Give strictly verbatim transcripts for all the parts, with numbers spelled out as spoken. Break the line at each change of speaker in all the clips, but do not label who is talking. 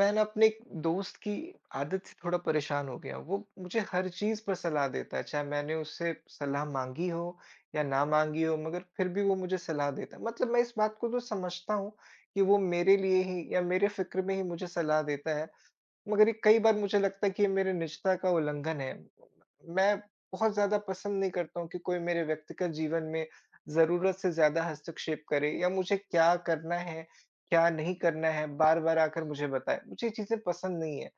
मैं ना अपने एक दोस्त की आदत से थोड़ा परेशान हो गया हूँ। वो मुझे हर चीज़ पर सलाह देता है, चाहे मैंने उससे सलाह माँगी हो या ना माँगी हो, मगर फिर भी वो मुझे सलाह देता है। मतलब मैं इस बात को तो समझता हूँ कि वो मेरे लिए ही या मेरे फ़िक्र में ही मुझे सलाह देता है, मगर ये कई बार मुझे लगता है कि ये मेरे निजता का उल्लंघन है। मैं बहुत ज़्यादा पसंद नहीं करता हूँ कि कोई मेरे व्यक्तिगत जीवन में ज़रूरत से ज़्यादा हस्तक्षेप करे या मुझे क्या करना है, क्या नहीं करना है, बार-बार आकर मुझे बताए। मुझे ये चीज़ें पसंद नहीं है।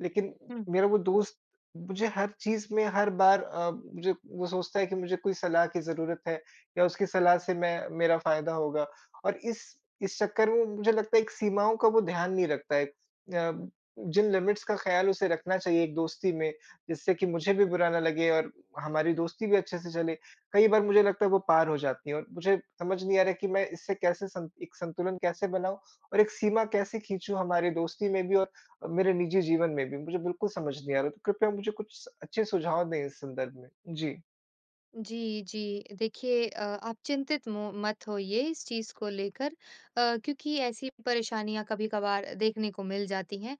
लेकिन
हुँ।
मेरा वो दोस्त मुझे हर चीज़ में हर बार अ, मुझे वो सोचता है कि मुझे कोई सलाह की ज़रूरत है या उसकी सलाह से मैं मेरा फ़ायदा होगा और इस इस चक्कर में मुझे लगता है एक सीमाओं का वो ध्यान नहीं रखता है। अ, जिन लिमिट्स का ख़्याल उसे रखना चाहिए एक दोस्ती में, जिससे कि मुझे भी बुरा ना लगे और हमारी दोस्ती भी अच्छे से चले, कई बार मुझे लगता है वो पार हो जाती है और मुझे समझ नहीं आ रहा कि मैं इससे कैसे सं एक संतुलन कैसे बनाऊँ और एक सीमा कैसे खींचूँ हमारी दोस्ती में भी और मेरे निजी जीवन में भी मुझे बिल्कुल समझ नहीं आ रहा, तो कृपया मुझे कुछ स अच्छे सुझाव दें इस संदर्भ में। जी।
जी, जी। देखिए, अ, आप चिंतित मो मत होइए इस चीज़ को लेकर, अ, क्योंकि ऐसी परेशानियाँ कभी-कभार देखने को मिल जाती हैं।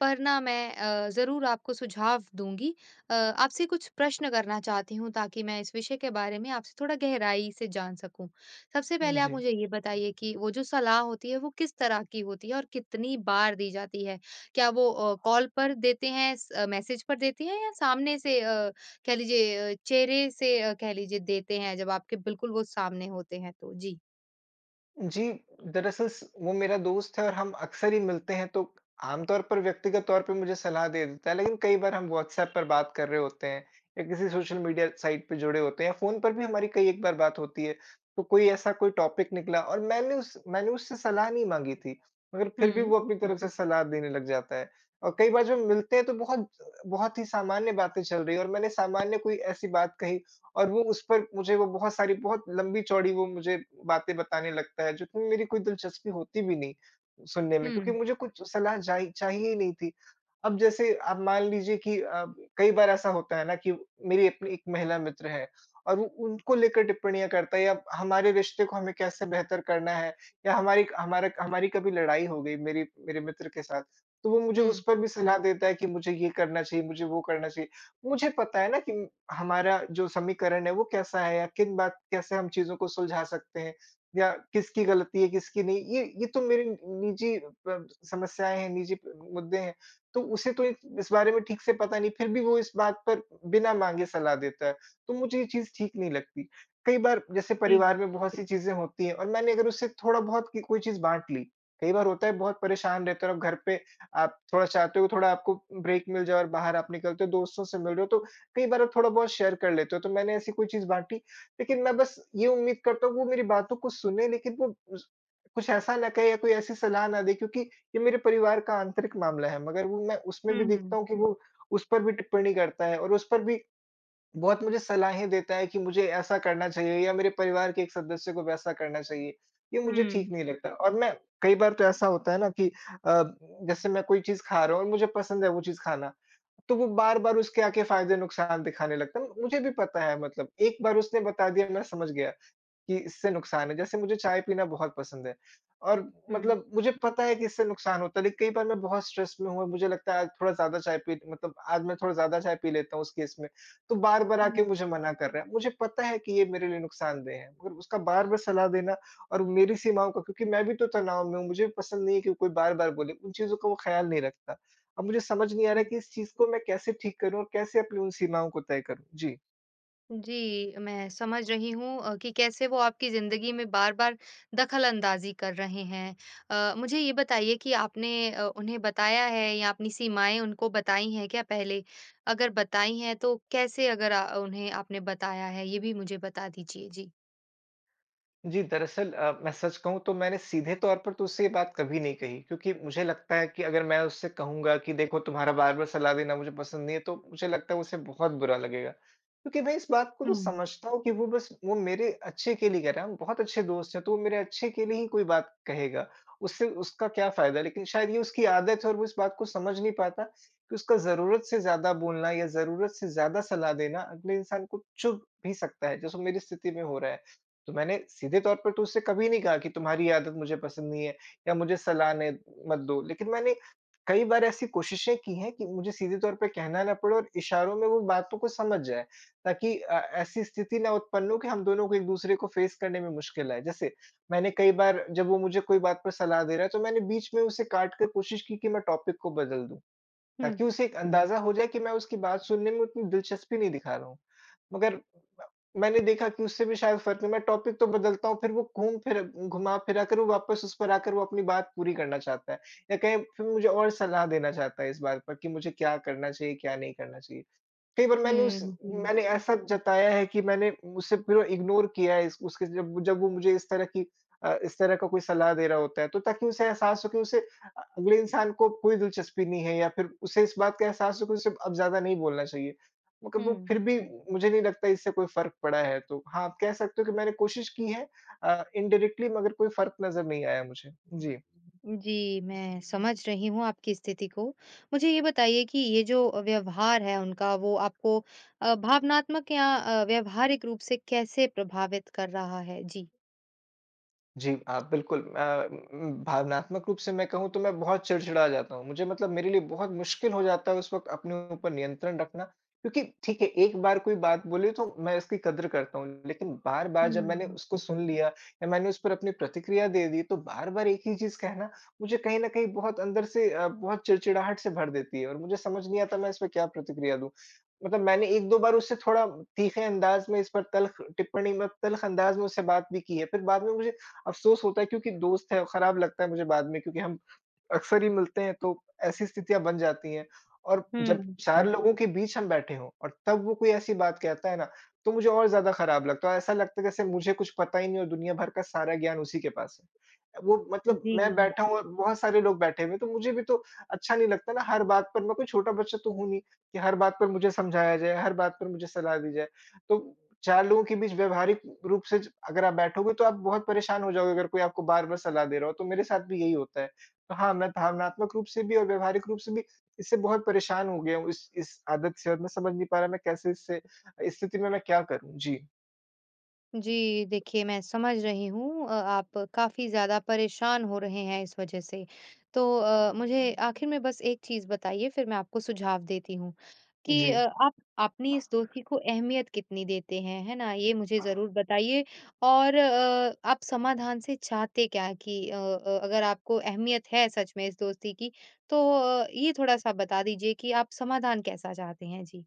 पर ना मैं, अ, ज़रूर आपको सुझाव दूँगी। अ, आपसे कुछ प्रश्न करना चाहती हूँ, ताकि मैं इस विषय के बारे में आपसे थोड़ा गहराई से जान सकूँ। सबसे पहले आप
जी।
मुझे ये बताइए कि वो जो सलाह होती है, वो किस तरह की होती है और कितनी बार दी जाती है? क्या वो अ, कॉल पर देते हैं, स अ, मैसेज पर देते हैं, या सामने से, अ, कह लीजिए, अ, चेहरे से, अ, कह लीजिए देते हैं, जब आपके बिल्कुल वो सामने होते हैं तो। जी।
जी, दरअसल स वो मेरा दोस्त है और हम अक्सर ही मिलते हैं, तो आमतौर पर व्यक्तिगत तौर पे मुझे सलाह दे देता है, लेकिन कई बार हम व्हाट्सऐप पर बात कर रहे होते हैं या किसी सोशल मीडिया साइट पे जुड़े होते हैं, फ़ोन पर भी हमारी कई एक बार बात होती है, तो कोई ऐसा कोई टॉपिक निकला और मैंने उस मैंने उससे सलाह नहीं माँगी थी, मगर फिर भी
हुँ,
वो अपनी तरफ से सलाह देने लग जाता है। और कई बार जब मिलते हैं तो बहुत बहुत ही सामान्य बातें चल रही हैं और मैंने सामान्य कोई ऐसी बात कही और वो उस पर मुझे वो बहुत सारी बहुत लंबी-चौड़ी वो मुझे बातें बताने लगता है, जो कि मेरी कोई दिलचस्पी होती भी नहीं सुनने में,
हुँ,
क्योंकि मुझे कुछ सलाह जाई चाहिए ही नहीं थी। अब जैसे आप मान लीजिए कि अ, कई बार ऐसा होता है ना कि मेरी अपनी एक महिला मित्र है और वो उनको लेकर टिप्पणियाँ करता है या हमारे रिश्ते को हमें कैसे बेहतर करना है या हमारी हमारा हमारी कभी लड़ाई हो गई मेरी मेरे मित्र के साथ, तो वो मुझे उस
हुँ।
पर भी सलाह देता है कि मुझे ये करना चाहिए, मुझे वो करना चाहिए। मुझे पता है ना कि हमारा जो समीकरण है वो कैसा है या किन बात कैसे हम चीज़ों को सुलझा सकते हैं या किसकी गलती है किसकी नहीं, ये ये तो मेरी निजी अ, समस्याएँ हैं, निजी प मुद्दे हैं। तो उसे तो इस इस बारे में ठीक से पता नहीं, फिर भी वो इस बात पर बिना माँगे सलाह देता है। तो मुझे ये चीज़ ठीक नहीं लगती। कई बार जैसे
जी।
परिवार में बहुत सी चीज़ें होती हैं और मैंने अगर उससे थोड़ा-बहुत की कोई चीज़ बाँट ली, कई बार होता है बहुत परेशान रहते हैं और आप घर पे आप थोड़ा चाहते हो, थोड़ा आपको ब्रेक मिल जाए और बाहर आप निकलते हो, दोस्तों से मिल रहे हो, तो कई बार आप थोड़ा बहुत शेयर कर लेते हो, तो मैंने ऐसी कोई चीज़ बाँटी। लेकिन मैं बस ये उम्मीद करता हूँ वो मेरी बातों को सुने, लेकिन वो उस कुछ ऐसा ना कहे या कोई ऐसी सलाह ना दे, क्योंकि ये मेरे परिवार का आंतरिक मामला है, मगर वो मैं उसमें
हुँ,
भी देखता
हुँ,
हूँ कि वो उस पर भी टिप्पणी करता है और उस पर भी बहुत मुझे सलाहें देता है कि मुझे ऐसा करना चाहिए या मेरे परिवार के एक सदस्य को वैसा करना चाहिए, ये मुझे ठीक
हुँ,
नहीं लगता। और मैं कई बार तो ऐसा होता है ना कि अ, जैसे मैं कोई चीज़ खा रहा हूँ और मुझे पसंद है वो चीज़ खाना, तो वो बार-बार उसके आके फ़ायदे-नुकसान दिखाने लगता है। मुझे भी पता है, मतलब एक बार उसने बता दिया मैं समझ गया कि इससे नुकसान है। जैसे मुझे चाय पीना बहुत पसंद है और
हुँ,
मतलब मुझे पता है कि इससे नुकसान होता है, लेकिन कई बार मैं बहुत स्ट्रेस में हूँ और मुझे लगता है आज थोड़ा ज़्यादा चाय पी, मतलब आज मैं थोड़ा ज़्यादा चाय पी लेता हूँ उस केस में, तो बार-बार आके मुझे मना कर रहा है। मुझे पता है कि ये मेरे लिए नुकसानदेह है, मगर उसका बार-बार सलाह देना और मेरी सीमाओं का, क्योंकि मैं भी तो तनाव में हूँ, मुझे भी पसंद नहीं है कि कोई बार-बार बोले, उन चीज़ों का वो ख़्याल नहीं रखता। अब मुझे समझ नहीं आ रहा है
हुँ।
कि इस चीज़ को मैं कैसे ठीक करूँ और कैसे अपनी उन सीमाओं को तय करूँ? जी।
जी, मैं समझ रही हूँ, अ, कि कैसे वो आपकी ज़िंदगी में बार-बार दखल-अंदाज़ी कर रहे हैं। अ, मुझे ये बताइए कि आपने, अ, उन्हें बताया है या अपनी सीमाएँ उनको बताई हैं क्या पहले? अगर बताई हैं तो कैसे, अगर अ, उन्हें आपने बताया है, ये भी मुझे बता दीजिए? जी।
जी, दरअसल अ, मैं सच कहूँ तो मैंने सीधे तौर पर तो उससे ये बात कभी नहीं कही, क्योंकि मुझे लगता है कि अगर मैं उससे कहूँगा कि देखो तुम्हारा बार-बार सलाह देना मुझे पसंद नहीं है, तो मुझे लगता है उसे बहुत बुरा लगेगा। क्योंकि मैं इस बात को तो
हुँ,
समझता हूँ कि वो बस वो मेरे अच्छे के लिए कह रहा है, हम बहुत अच्छे दोस्त हैं, तो वो मेरे अच्छे के लिए ही कोई बात कहेगा, उससे उसका क्या फ़ायदा? लेकिन शायद ये उसकी आदत है और वो इस बात को समझ नहीं पाता कि उसका ज़रूरत से ज़्यादा बोलना या ज़रूरत से ज़्यादा सलाह देना अगले इंसान को चुभ भी सकता है, जैसे मेरी स्थिति में हो रहा है। तो मैंने सीधे तौर पर तो उससे कभी नहीं कहा कि तुम्हारी ये आदत मुझे पसंद नहीं है या मुझे सलाह ने मत दो। लेकिन मैंने कई बार ऐसी कोशिशें की हैं कि मुझे सीधे तौर पे कहना ना पड़े और इशारों में वो बातों को समझ जाए, ताकि अ, ऐसी स्थिति ना उत्पन्न हो कि हम दोनों को एक-दूसरे को फ़ेस करने में मुश्किल आए। जैसे मैंने कई बार जब वो मुझे कोई बात पर सलाह दे रहा है तो मैंने बीच में उसे काट कर कोशिश की कि मैं टॉपिक को बदल दूँ,
हुँ,
ताकि उसे एक हुँ। अंदाज़ा हो जाए कि मैं उसकी बात सुनने में उतनी दिलचस्पी नहीं दिखा रहा हूँ। मगर मैंने देखा कि उससे भी शायद फ़र्क नहीं, मैं टॉपिक तो बदलता हूँ, फ़िर वो घूम फिर घुमा-फिरा कर वो वापस उस पर आकर वो अपनी बात पूरी करना चाहता है या कहीं फ़िर मुझे और सलाह देना चाहता है इस बात पर कि मुझे क्या करना चाहिए, क्या नहीं करना चाहिए। कई बार मैंने उस
हुँ, जी।
मैंने ऐसा जताया है कि मैंने उसे पूरा इग्नोर किया है इस उसके, जब जब वो मुझे इस तरह की अ, इस तरह का कोई सलाह दे रहा होता है, तो ताकि उसे एहसास हो कि उसे अ, अगले इंसान को कोई दिलचस्पी नहीं है या फिर उसे इस बात का एहसास हो कि उसे अब ज़्यादा नहीं बोलना चाहिए। मगर वो
हुँ।
फिर भी मुझे नहीं लगता इससे कोई फ़र्क पड़ा है, तो हाँ, आप कह सकते हो कि मैंने कोशिश की है अ, इनडायरेक्टली, मगर कोई फ़र्क नज़र नहीं आया मुझे। जी।
जी, मैं समझ रही हूँ आपकी स्थिति को। मुझे ये बताइए कि ये जो व्यवहार है उनका, वो आपको अ, भावनात्मक या अ, व्यावहारिक रूप से कैसे प्रभावित कर रहा है? जी।
जी, हाँ, बिल्कुल। अ, उम, भावनात्मक रूप से मैं कहूँ तो मैं बहुत चिड़चिड़ा जाता हूँ। मुझे मतलब मेरे लिए बहुत मुश्किल हो जाता है उस वक़्त अपने ऊपर नियंत्रण रखना, क्योंकि ठीक है, एक बार कोई बात बोली तो मैं इसकी कदर करता हूँ। लेकिन बार-बार जब मैंने
हुँ।
उसको सुन लिया या मैंने उस पर अपनी प्रतिक्रिया दे दी, तो बार-बार एक ही चीज़ कहना मुझे कहीं न कहीं बहुत अंदर से अ, बहुत चिड़चिड़ाहट से भर देती है और मुझे समझ नहीं आता मैं इस पे क्या प्रतिक्रिया दूँ। मतलब मैंने एक दो बार उससे थोड़ा तीखे अंदाज़ में इस पर तल्ख़ टिप्पणी में तल्ख़ अंदाज़ में उससे बात भी की है। फिर बाद में मुझे अफ़सोस होता है, क्योंकि दोस्त है और खराब लगता है मुझे बाद में, क्योंकि हम अक्सर ही मिलते हैं, तो ऐसी स्थितियाँ बन जाती हैं। और जब
हुँ,
चार हुँ। लोगों के बीच हम बैठे हों और तब वो कोई ऐसी बात कहता है ना, तो मुझे और ज़्यादा खराब लगता है। ऐसा लगता है जैसे मुझे कुछ पता ही नहीं और दुनिया भर का सारा ज्ञान उसी के पास है। वो मतलब
जी।
मैं बैठा हूँ और बहुत सारे लोग बैठे हुए हैं, तो मुझे भी तो अच्छा नहीं लगता ना, हर बात पर मैं कोई छोटा बच्चा तो हूँ नहीं कि हर बात पर मुझे समझाया जाए, हर बात पर मुझे सलाह दी जाए। तो चार लोगों के बीच व्यवहारिक रूप से ज अगर आप बैठोगे तो आप बहुत परेशान हो जाओगे अगर कोई आपको बार-बार सलाह दे रहा हो, तो मेरे साथ भी यही होता है। तो हाँ, मैं भावनात्मक रूप से भी और व्यावहारिक रूप से भी इससे बहुत परेशान हो गया हूँ इस इस आदत से, और मैं समझ नहीं पा रहा मैं कैसे इससे, इस स्थिति में मैं क्या करूँ? जी।
जी, देखिए, मैं समझ रही हूँ, अ, आप काफ़ी ज़्यादा परेशान हो रहे हैं इस वजह से। तो अ, मुझे आखिर में बस एक चीज़ बताइए, फिर मैं आपको सुझाव देती हूँ कि
जी।
अ, आप अपनी इस दोस्ती को अहमियत कितनी देते हैं, है ना? ये मुझे ज़रूर बताइए और अ, आप समाधान से चाहते क्या हैं, कि अ अ, अगर आपको अहमियत है सच में इस दोस्ती की, तो अ, ये थोड़ा-सा बता दीजिए कि आप समाधान कैसा चाहते हैं? जी।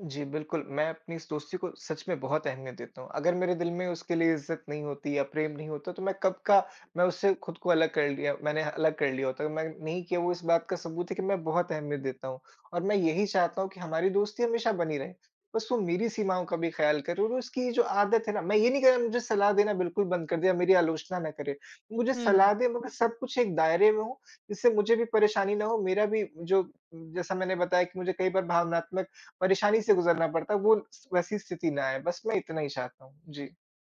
जी, बिल्कुल, मैं अपनी इस दोस्ती को सच में बहुत अहमियत देता हूँ। अगर मेरे दिल में उसके लिए इज़्ज़त नहीं होती या प्रेम नहीं होता तो मैं कब का मैं उससे खुद को अलग कर लिया, मैंने अलग कर लिया होता। मैं नहीं किया, वो इस बात का सबूत है कि मैं बहुत अहमियत देता हूँ और मैं यही चाहता हूँ कि हमारी दोस्ती हमेशा बनी रहे। बस वो मेरी सीमाओं का भी ख़्याल करे, और उसकी ये जो आदत है ना, मैं ये नहीं कह रहा मुझे सलाह देना बिल्कुल बंद कर दे या मेरी आलोचना ना करे। मुझे
हुँ।
सलाह दे, मगर सब कुछ एक दायरे में हो, जिससे मुझे भी परेशानी ना हो, मेरा भी जो, जैसा मैंने बताया कि मुझे कई बार भावनात्मक परेशानी से गुज़रना पड़ता है, वो वैसी स्थिति ना आए, बस मैं इतना ही चाहता हूँ। जी।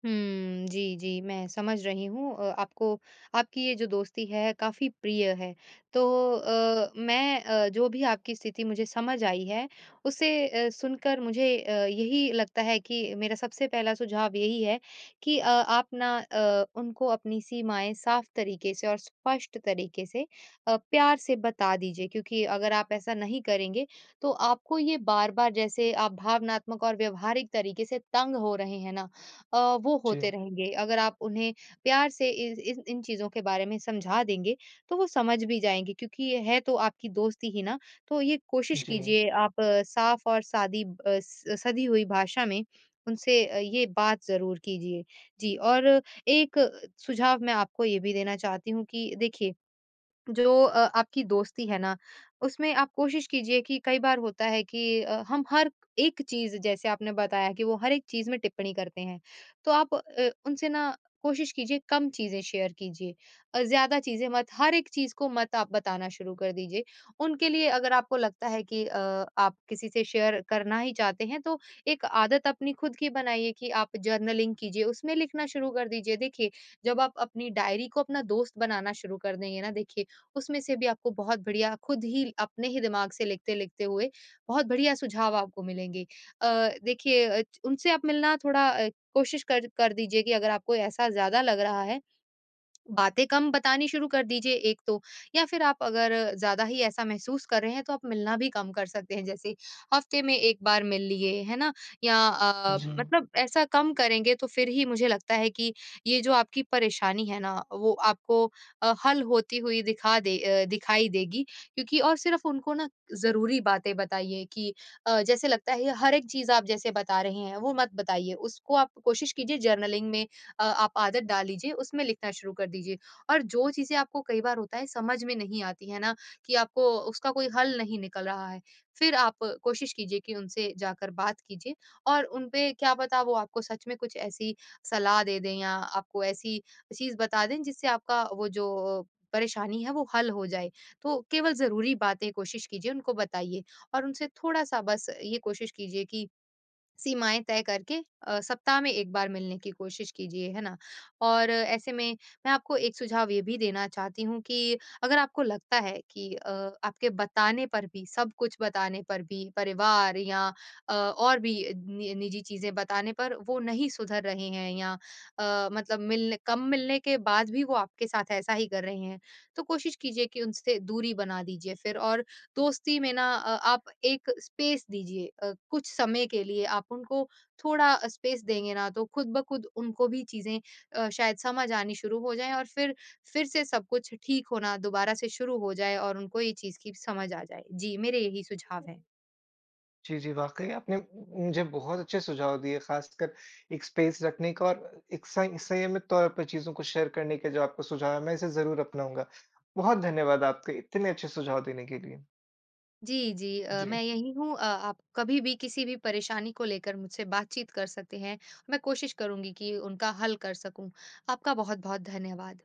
हुँ, जी, जी, मैं समझ रही हूँ, अ, आपको आपकी ये जो दोस्ती है काफ़ी प्रिय है। तो अ, मैं, अ, जो भी आपकी स्थिति मुझे समझ आई है, उसे अ, सुनकर मुझे अ, यही लगता है कि मेरा सबसे पहला सुझाव यही है कि अ, आप ना, अ, उनको अपनी सीमाएँ साफ़ तरीके से और स्पष्ट तरीके से, अ, प्यार से बता दीजिए, क्योंकि अगर आप ऐसा नहीं करेंगे, तो आपको ये बार-बार, जैसे आप भावनात्मक और व्यावहारिक तरीके से तंग हो रहे हैं ना, अ, वो
जी,
होते रहेंगे। अगर आप उन्हें प्यार से इस इस इन चीज़ों के बारे में समझा देंगे, तो वो समझ भी जाएँगे, क्योंकि ये है तो आपकी दोस्ती ही ना। तो ये कोशिश
जी,
कीजिए आप साफ़ और सादी, अ, स सधी हुई भाषा में उनसे, अ, ये बात ज़रूर कीजिए। जी। और एक सुझाव मैं आपको ये भी देना चाहती हूँ कि देखिए, जो अ, आपकी दोस्ती है ना, उसमें आप कोशिश कीजिए, कि कई बार होता है कि अ, हम हर एक चीज़, जैसे आपने बताया कि वो हर एक चीज़ में टिप्पणी करते हैं। तो आप अ, उनसे ना कोशिश कीजिए, कम चीज़ें शेयर कीजिए और ज़्यादा चीज़ें मत, हर एक चीज़ को मत आप बताना शुरू कर दीजिए। उनके लिए, अगर आपको लगता है कि अ, आप किसी से शेयर करना ही चाहते हैं, तो एक आदत अपनी खुद की बनाइए कि आप जर्नलिंग कीजिए, उसमें लिखना शुरू कर दीजिए। देखिए, जब आप अपनी डायरी को अपना दोस्त बनाना शुरू कर देंगे ना, देखिए, उसमें से भी आपको बहुत बढ़िया, खुद ही अपने ही दिमाग से लिखते-लिखते हुए, बहुत बढ़िया सुझाव आपको मिलेंगे। अ, देखिए, अ, उनसे आप मिलना थोड़ा, अ, कोशिश कर कर दीजिए, कि अगर आपको ऐसा ज़्यादा लग रहा है, बातें कम बतानी शुरू कर दीजिए एक तो, या फिर आप अगर ज़्यादा ही ऐसा महसूस कर रहे हैं, तो आप मिलना भी कम कर सकते हैं, जैसे हफ्ते में एक बार मिल लिए है ना, या अ,
जी।
मतलब ऐसा कम करेंगे, तो फिर ही मुझे लगता है कि ये जो आपकी परेशानी है ना, वो आपको अ, हल होती हुई दिखा दे अ, दिखाई देगी, क्योंकि और सिर्फ उनको ना ज़रूरी बातें बताइए कि अ, जैसे लगता है हर एक चीज़ आप जैसे बता रहे हैं, वो मत बताइए, उसको आप कोशिश कीजिए जर्नलिंग में, अ, आप आदत डाल लीजिए, उसमें लिखना शुरू कर दीजिए। और जो चीज़ें आपको, कई बार होता है, समझ में नहीं आती है ना, कि आपको उसका कोई हल नहीं निकल रहा है, फिर आप कोशिश कीजिए कि उनसे जाकर बात कीजिए, और उन पे क्या पता, वो आपको सच में कुछ ऐसी सलाह दे दें या आपको ऐसी चीज़ बता दें जिससे आपका वो जो परेशानी है वो हल हो जाए। तो केवल ज़रूरी बातें कोशिश कीजिए उनको बताइए और उनसे थोड़ा-सा बस ये कोशिश कीजिए कि सीमाएँ तय करके, अ, सप्ताह में एक बार मिलने की कोशिश कीजिए, है ना? और अ, ऐसे में, मैं आपको एक सुझाव ये भी देना चाहती हूँ कि अगर आपको लगता है कि अ, आपके बताने पर भी, सब कुछ बताने पर भी, परिवार या अ, और भी नि निजी चीज़ें बताने पर, वो नहीं सुधर रहे हैं, या अ, मतलब मिलने, कम मिलने के बाद भी वो आपके साथ ऐसा ही कर रहे हैं, तो कोशिश कीजिए कि उनसे दूरी बना दीजिए फिर, और दोस्ती में ना, अ, आप एक स्पेस दीजिए, अ, कुछ समय के लिए आप उनको थोड़ा स्पेस देंगे ना, तो खुद ब खुद उनको भी चीज़ें, अ, शायद समझ आनी शुरू हो जाएँ, और फिर फिर से सब कुछ ठीक होना दोबारा से शुरू हो जाए, और उनको ये चीज़ की समझ आ जाए। जी, मेरे यही सुझाव हैं।
जी, जी, वाक़ई आपने मुझे बहुत अच्छे सुझाव दिए, ख़ासकर एक स्पेस रखने का और एक सं संयमित तौर पर चीज़ों को शेयर करने के जो आपका सुझाव है, मैं इसे ज़रूर अपनाऊँगा। बहुत धन्यवाद आपके इतने अच्छे सुझाव देने के लिए।
जी, जी। अ,
जी।
मैं यहीं हूँ, अ, आप कभी भी किसी भी परेशानी को लेकर मुझसे बातचीत कर सकते हैं। मैं कोशिश करूँगी कि उनका हल कर सकूँ। आपका बहुत-बहुत धन्यवाद।